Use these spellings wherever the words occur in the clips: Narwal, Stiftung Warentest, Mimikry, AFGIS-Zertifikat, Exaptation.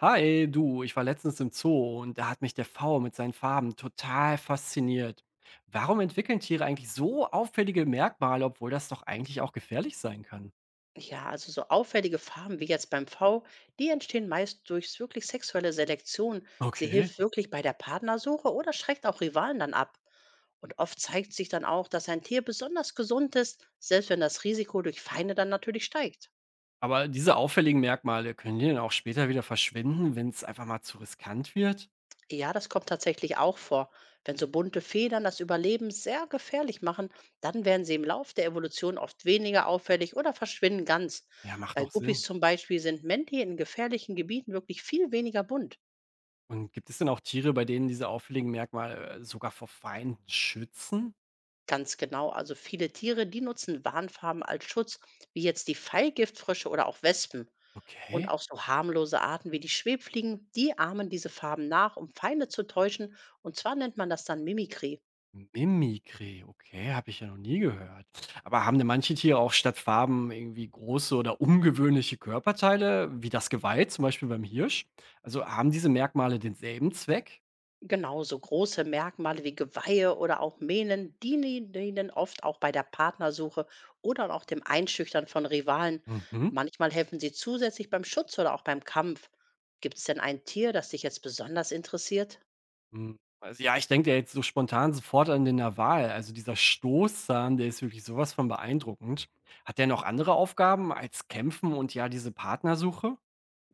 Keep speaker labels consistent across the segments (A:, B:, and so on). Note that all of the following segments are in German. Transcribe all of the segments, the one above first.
A: Hi, du, ich war letztens im Zoo und da hat mich der V mit seinen Farben total fasziniert. Warum entwickeln Tiere eigentlich so auffällige Merkmale, obwohl das doch eigentlich auch gefährlich sein kann?
B: Ja, also so auffällige Farben wie jetzt beim V, die entstehen meist durch wirklich sexuelle Selektion. Sie
A: Okay.
B: hilft wirklich bei der Partnersuche oder schreckt auch Rivalen dann ab. Und oft zeigt sich dann auch, dass ein Tier besonders gesund ist, selbst wenn das Risiko durch Feinde dann natürlich steigt.
A: Aber diese auffälligen Merkmale können die dann auch später wieder verschwinden, wenn es einfach mal zu riskant wird?
B: Ja, das kommt tatsächlich auch vor. Wenn so bunte Federn das Überleben sehr gefährlich machen, dann werden sie im Lauf der Evolution oft weniger auffällig oder verschwinden ganz.
A: Ja, macht
B: Bei
A: auch
B: Guppies
A: Sinn.
B: zum Beispiel sind Menti in gefährlichen Gebieten wirklich viel weniger bunt.
A: Und gibt es denn auch Tiere, bei denen diese auffälligen Merkmale sogar vor Feinden schützen?
B: Ganz genau. Also viele Tiere, die nutzen Warnfarben als Schutz, wie jetzt die Pfeilgiftfrösche oder auch Wespen. Und
A: Okay.
B: auch so harmlose Arten wie die Schwebfliegen, die ahmen diese Farben nach, um Feinde zu täuschen. Und zwar nennt man das dann Mimikry.
A: Mimikry, okay, habe ich ja noch nie gehört. Aber haben denn manche Tiere auch statt Farben irgendwie große oder ungewöhnliche Körperteile, wie das Geweih, zum Beispiel beim Hirsch? Also haben diese Merkmale denselben Zweck?
B: Genauso große Merkmale wie Geweihe oder auch Mähnen dienen ihnen oft auch bei der Partnersuche oder auch dem Einschüchtern von Rivalen.
A: Mhm.
B: Manchmal helfen sie zusätzlich beim Schutz oder auch beim Kampf. Gibt es denn ein Tier, das dich jetzt besonders interessiert?
A: Hm. Also ja, ich denke jetzt so spontan sofort an den Narwal. Also dieser Stoßzahn, der ist wirklich sowas von beeindruckend. Hat der noch andere Aufgaben als Kämpfen und ja diese Partnersuche?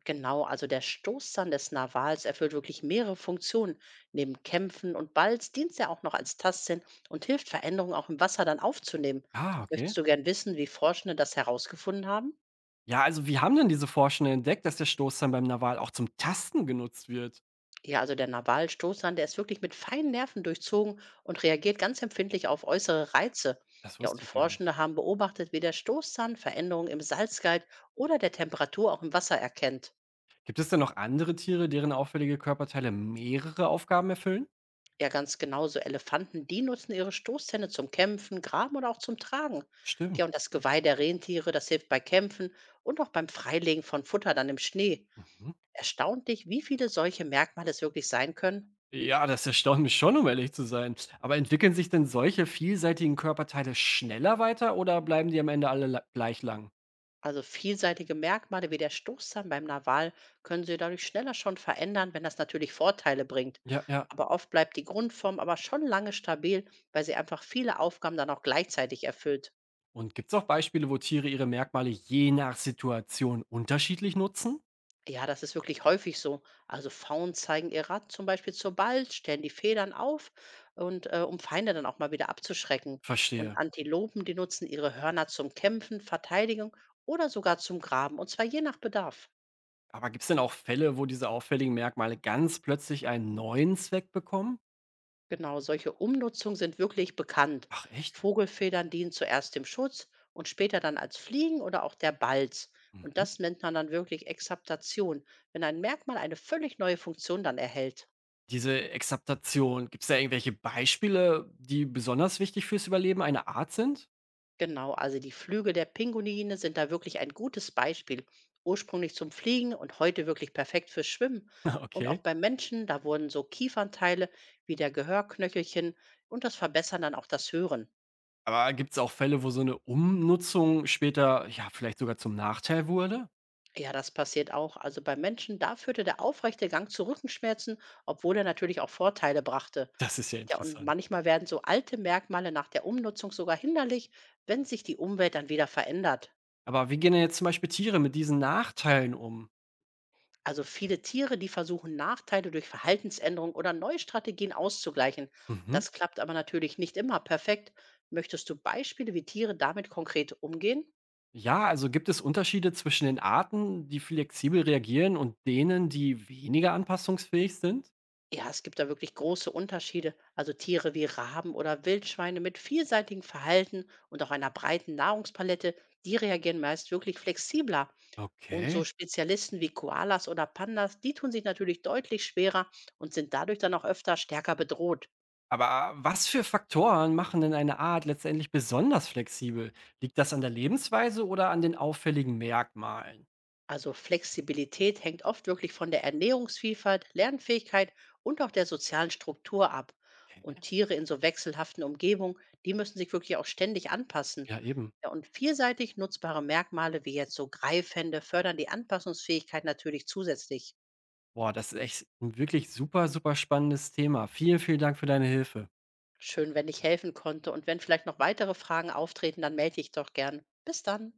B: Genau, also der Stoßzahn des Narwals erfüllt wirklich mehrere Funktionen. Neben Kämpfen und Balz dient er auch noch als Tastsinn und hilft, Veränderungen auch im Wasser dann aufzunehmen.
A: Ah, okay.
B: Möchtest du gern wissen, wie Forschende das herausgefunden haben?
A: Ja, also wie haben denn diese Forschenden entdeckt, dass der Stoßzahn beim Narwal auch zum Tasten genutzt wird?
B: Ja, also der Narwal-Stoßzahn, der ist wirklich mit feinen Nerven durchzogen und reagiert ganz empfindlich auf äußere Reize.
A: Das
B: Ja, und
A: wusste ich gar nicht.
B: Forschende haben beobachtet, wie der Stoßzahn Veränderungen im Salzgehalt oder der Temperatur auch im Wasser erkennt.
A: Gibt es denn noch andere Tiere, deren auffällige Körperteile mehrere Aufgaben erfüllen?
B: Ja, ganz genau. So Elefanten, die nutzen ihre Stoßzähne zum Kämpfen, Graben oder auch zum Tragen. Ja,
A: Stimmt.
B: und das Geweih der Rentiere, das hilft bei Kämpfen und auch beim Freilegen von Futter dann im Schnee.
A: Mhm.
B: Erstaunt dich, wie viele solche Merkmale es wirklich sein können.
A: Ja, das erstaunt mich schon, um ehrlich zu sein. Aber entwickeln sich denn solche vielseitigen Körperteile schneller weiter oder bleiben die am Ende alle la gleich lang?
B: Also vielseitige Merkmale wie der Stoßzahn beim Narwal können sie dadurch schneller schon verändern, wenn das natürlich Vorteile bringt.
A: Ja, ja.
B: Aber oft bleibt die Grundform aber schon lange stabil, weil sie einfach viele Aufgaben dann auch gleichzeitig erfüllt.
A: Und gibt es auch Beispiele, wo Tiere ihre Merkmale je nach Situation unterschiedlich nutzen?
B: Ja, das ist wirklich häufig so. Also Faunen zeigen ihr Rad zum Beispiel zur Balz, stellen die Federn auf und um Feinde dann auch mal wieder abzuschrecken. Und
A: Verstehe.
B: Antilopen, die nutzen ihre Hörner zum Kämpfen, Verteidigung oder sogar zum Graben, und zwar je nach Bedarf.
A: Aber gibt es denn auch Fälle, wo diese auffälligen Merkmale ganz plötzlich einen neuen Zweck bekommen?
B: Genau, solche Umnutzungen sind wirklich bekannt.
A: Ach echt?
B: Vogelfedern dienen zuerst dem Schutz und später dann als Fliegen oder auch der Balz. Und
A: Mhm.
B: das nennt man dann wirklich Exaptation, wenn ein Merkmal eine völlig neue Funktion dann erhält.
A: Diese Exaptation, gibt's da irgendwelche Beispiele, die besonders wichtig fürs Überleben einer Art sind?
B: Genau, also die Flügel der Pinguine sind da wirklich ein gutes Beispiel. Ursprünglich zum Fliegen und heute wirklich perfekt fürs Schwimmen. Und auch
A: Okay.
B: beim Menschen, da wurden so Kiefernteile wie der Gehörknöchelchen und das verbessern dann auch das Hören.
A: Aber gibt's auch Fälle, wo so eine Umnutzung später, ja, vielleicht sogar zum Nachteil wurde?
B: Ja, das passiert auch. Also beim Menschen, da führte der aufrechte Gang zu Rückenschmerzen, obwohl er natürlich auch Vorteile brachte.
A: Das ist ja
B: Ja, und
A: interessant.
B: manchmal werden so alte Merkmale nach der Umnutzung sogar hinderlich, wenn sich die Umwelt dann wieder verändert.
A: Aber wie gehen denn jetzt zum Beispiel Tiere mit diesen Nachteilen um?
B: Also viele Tiere, die versuchen Nachteile durch Verhaltensänderung oder neue Strategien auszugleichen.
A: Mhm.
B: Das klappt aber natürlich nicht immer perfekt. Möchtest du Beispiele, wie Tiere damit konkret umgehen?
A: Ja, also gibt es Unterschiede zwischen den Arten, die flexibel reagieren und denen, die weniger anpassungsfähig sind?
B: Ja, es gibt da wirklich große Unterschiede. Also Tiere wie Raben oder Wildschweine mit vielseitigem Verhalten und auch einer breiten Nahrungspalette, die reagieren meist wirklich flexibler. Und so
A: Okay.
B: Spezialisten wie Koalas oder Pandas, die tun sich natürlich deutlich schwerer und sind dadurch dann auch öfter stärker bedroht.
A: Aber was für Faktoren machen denn eine Art letztendlich besonders flexibel? Liegt das an der Lebensweise oder an den auffälligen Merkmalen?
B: Also Flexibilität hängt oft wirklich von der Ernährungsvielfalt, Lernfähigkeit und auch der sozialen Struktur ab.
A: Okay.
B: Und Tiere in so wechselhaften Umgebungen, die müssen sich wirklich auch ständig anpassen.
A: Ja, eben.
B: Ja, und vielseitig nutzbare Merkmale wie jetzt so Greifhände fördern die Anpassungsfähigkeit natürlich zusätzlich.
A: Boah, das ist echt ein wirklich super, super spannendes Thema. Vielen, vielen Dank für deine Hilfe.
B: Schön, wenn ich helfen konnte und wenn vielleicht noch weitere Fragen auftreten, dann melde ich doch gern. Bis dann.